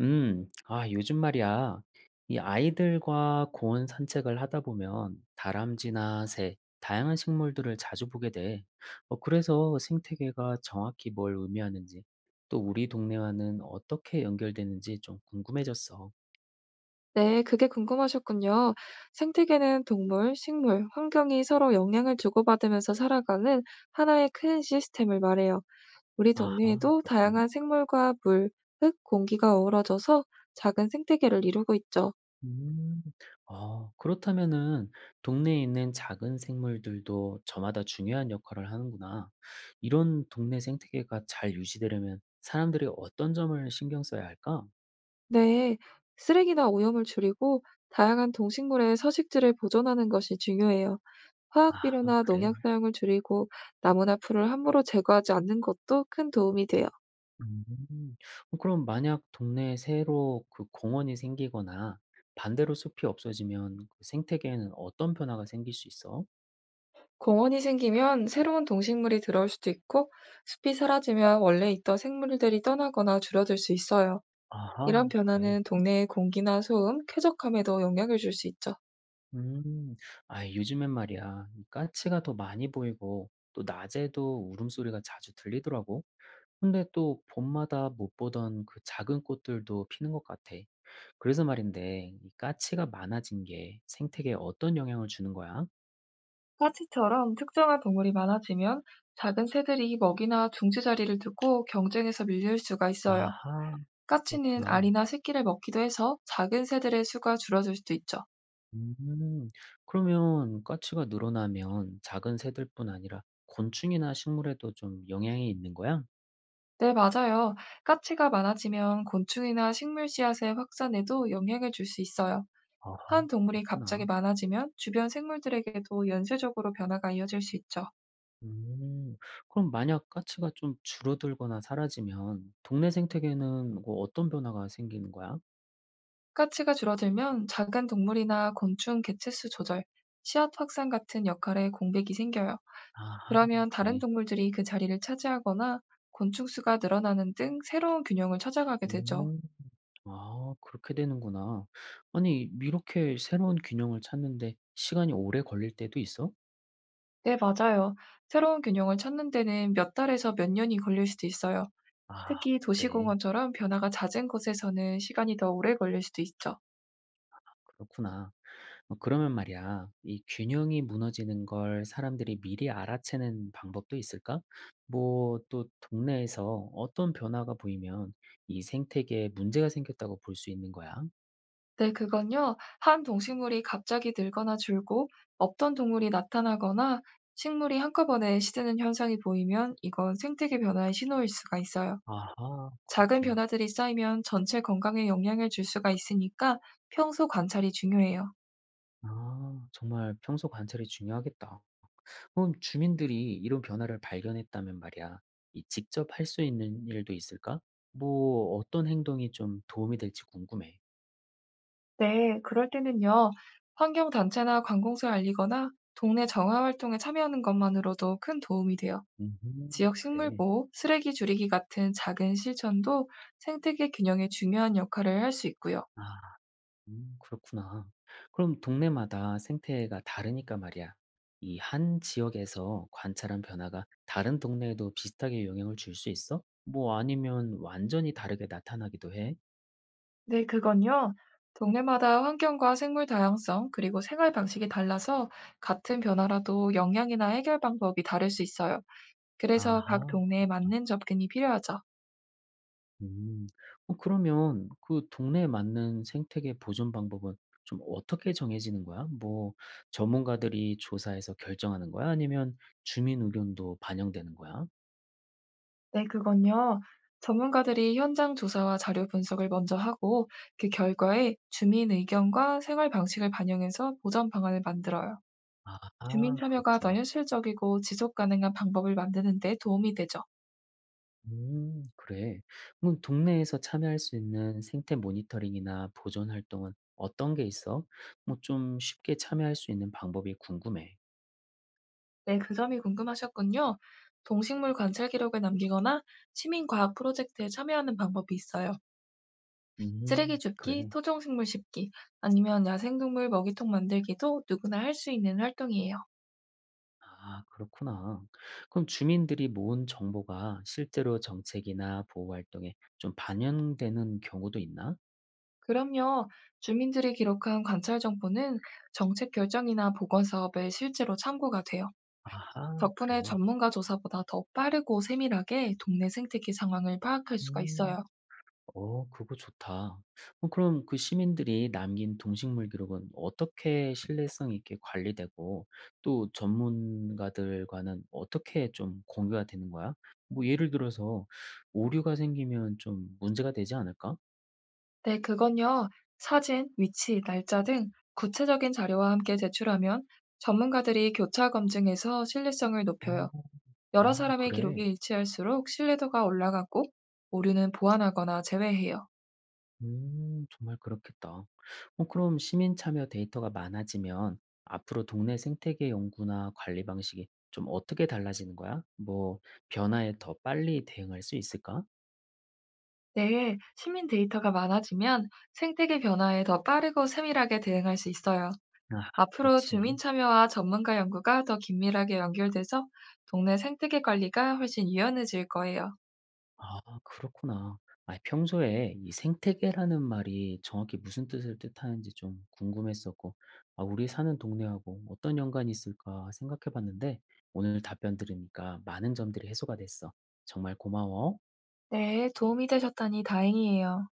아, 요즘 말이야. 이 아이들과 고온 산책을 하다 보면 다람쥐나 새, 다양한 식물들을 자주 보게 돼. 그래서 생태계가 정확히 뭘 의미하는지, 또 우리 동네와는 어떻게 연결되는지 좀 궁금해졌어. 네, 그게 궁금하셨군요. 생태계는 동물, 식물, 환경이 서로 영향을 주고받으면서 살아가는 하나의 큰 시스템을 말해요. 우리 아하, 동네에도 그렇구나. 다양한 생물과 물, 흙, 공기가 어우러져서 작은 생태계를 이루고 있죠. 음, 그렇다면은 동네에 있는 작은 생물들도 저마다 중요한 역할을 하는구나. 이런 동네 생태계가 잘 유지되려면 사람들이 어떤 점을 신경 써야 할까? 네, 쓰레기나 오염을 줄이고 다양한 동식물의 서식지를 보존하는 것이 중요해요. 아 화학 비료나 그래? 농약 사용을 줄이고 나무나 풀을 함부로 제거하지 않는 것도 큰 도움이 돼요. 음. 그럼 만약 동네에 새로 그 공원이 생기거나 반대로 숲이 없어지면 그 생태계에는 어떤 변화가 생길 수 있어? 공원이 생기면 새로운 동식물이 들어올 수도 있고, 숲이 사라지면 원래 있던 생물들이 떠나거나 줄어들 수 있어요. 이런 아하, 그래. 변화는 동네의 공기나 소음, 쾌적함에도 영향을 줄 수 있죠. 음. 아 요즘엔 말이야. 이 까치가 더 많이 보이고 또 낮에도 울음소리가 자주 들리더라고. 근데 또 봄마다 못 보던 그 작은 꽃들도 피는 것 같아. 그래서 말인데 이 까치가 많아진 게 생태계에 어떤 영향을 주는 거야? 까치처럼 특정한 동물이 많아지면 작은 새들이 먹이나 둥지 자리를 두고 경쟁에서 밀릴 수가 있어요. 아하, 까치는 그렇구나. 알이나 새끼를 먹기도 해서 작은 새들의 수가 줄어들 수도 있죠. 음. 그러면 가치가 늘어나면 작은 새들뿐 아니라 곤충이나 식물에도 좀 영향이 있는 거야? 네, 맞아요. 까치가 많아지면 곤충이나 식물 씨앗의 확산에도 영향을 줄 수 있어요. 아하, 한 동물이 갑자기 그렇구나. 많아지면 주변 생물들에게도 연쇄적으로 변화가 이어질 수 있죠. 음. 그럼 만약 가치가 좀 줄어들거나 사라지면 동네 생태계는 뭐 어떤 변화가 생기는 거야? 가치가 줄어들면 작은 동물이나 곤충 개체수 조절, 씨앗 확산 같은 역할에 공백이 생겨요. 아하, 그러면 다른 그래. 동물들이 그 자리를 차지하거나 곤충 수가 늘어나는 등 새로운 균형을 찾아가게 되죠. 음. 아, 그렇게 되는구나. 아니, 이렇게 새로운 균형을 찾는데 시간이 오래 걸릴 때도 있어? 네, 맞아요. 새로운 균형을 찾는 데는 몇 달에서 몇 년이 걸릴 수도 있어요. 아, 특히 그래. 도시공원처럼 변화가 잦은 곳에서는 시간이 더 오래 걸릴 수도 있죠. 그렇구나. 그러면 말이야, 이 균형이 무너지는 걸 사람들이 미리 알아채는 방법도 있을까? 뭐 또 동네에서 어떤 변화가 보이면 이 생태계에 문제가 생겼다고 볼 수 있는 거야? 네, 그건요. 한 동식물이 갑자기 늘거나 줄고 없던 동물이 나타나거나 식물이 한꺼번에 시드는 현상이 보이면 이건 생태계 변화의 신호일 수가 있어요. 아하, 작은 그렇구나. 변화들이 쌓이면 전체 건강에 영향을 줄 수가 있으니까 평소 관찰이 중요해요. 아, 정말 평소 관찰이 중요하겠다. 그럼 주민들이 이런 변화를 발견했다면 말이야, 이 직접 할 수 있는 일도 있을까? 뭐 어떤 행동이 좀 도움이 될지 궁금해. 네, 그럴 때는요. 환경단체나 관공서에 알리거나 동네 정화 활동에 참여하는 것만으로도 큰 도움이 돼요. 음, 지역 식물 그래. 보호, 쓰레기 줄이기 같은 작은 실천도 생태계 균형에 중요한 역할을 할 수 있고요. 아. 그렇구나. 그럼 동네마다 생태가 다르니까 말이야. 이 한 지역에서 관찰한 변화가 다른 동네에도 비슷하게 영향을 줄 수 있어? 뭐 아니면 완전히 다르게 나타나기도 해? 네, 그건요. 동네마다 환경과 생물 다양성, 그리고 생활 방식이 달라서 같은 변화라도 영향이나 해결 방법이 다를 수 있어요. 그래서 각 아하, 동네에 그렇구나. 맞는 접근이 필요하죠. 음. 그러면 그 동네에 맞는 생태계 보존 방법은 좀 어떻게 정해지는 거야? 뭐 전문가들이 조사해서 결정하는 거야? 아니면 주민 의견도 반영되는 거야? 네, 그건요. 전문가들이 현장 조사와 자료 분석을 먼저 하고 그 결과에 주민 의견과 생활 방식을 반영해서 보전 방안을 만들어요. 주민 아하, 참여가 더 그렇구나. 현실적이고 지속 가능한 방법을 만드는 데 도움이 되죠. 그래. 그럼 동네에서 참여할 수 있는 생태 모니터링이나 보존 활동은 어떤 게 있어? 뭐 좀 쉽게 참여할 수 있는 방법이 궁금해. 네, 그 점이 궁금하셨군요. 동식물 관찰 기록을 남기거나 시민과학 프로젝트에 참여하는 방법이 있어요. 쓰레기 줍기, 그래. 토종식물 심기, 아니면 야생동물 먹이통 만들기도 누구나 할 수 있는 활동이에요. 아 그렇구나. 그럼 주민들이 모은 정보가 실제로 정책이나 보호 활동에 좀 반영되는 경우도 있나? 그럼요, 주민들이 기록한 관찰 정보는 정책 결정이나 보건 사업에 실제로 참고가 돼요. 아하 덕분에 그래. 전문가 조사보다 더 빠르고 세밀하게 동네 생태계 상황을 파악할 수가 음. 있어요. 그거 좋다. 그럼 그 시민들이 남긴 동식물 기록은 어떻게 신뢰성 있게 관리되고 또 전문가들과는 어떻게 좀 공유가 되는 거야? 뭐 예를 들어서 오류가 생기면 좀 문제가 되지 않을까? 네, 그건요. 사진, 위치, 날짜 등 구체적인 자료와 함께 제출하면 전문가들이 교차 검증해서 신뢰성을 어. 높여요. 여러 아 사람의 기록이 그래? 일치할수록 신뢰도가 올라가고 오류는 보완하거나 제외해요. 정말 그렇겠다. 그럼 시민 참여 데이터가 많아지면 앞으로 동네 생태계 연구나 관리 방식이 좀 어떻게 달라지는 거야? 뭐 변화에 더 빨리 대응할 수 있을까? 네, 시민 데이터가 많아지면 생태계 변화에 더 빠르고 세밀하게 대응할 수 있어요. 아 앞으로 주민 그렇지. 참여와 전문가 연구가 더 긴밀하게 연결돼서 동네 생태계 관리가 훨씬 유연해질 거예요. 아 그렇구나. 아 평소에 이 생태계라는 말이 정확히 무슨 뜻을 뜻하는지 좀 궁금했었고 아 우리 사는 동네하고 어떤 연관이 있을까 생각해 봤는데 오늘 답변 들으니까 많은 점들이 해소가 됐어. 정말 고마워. 네, 도움이 되셨다니 다행이에요.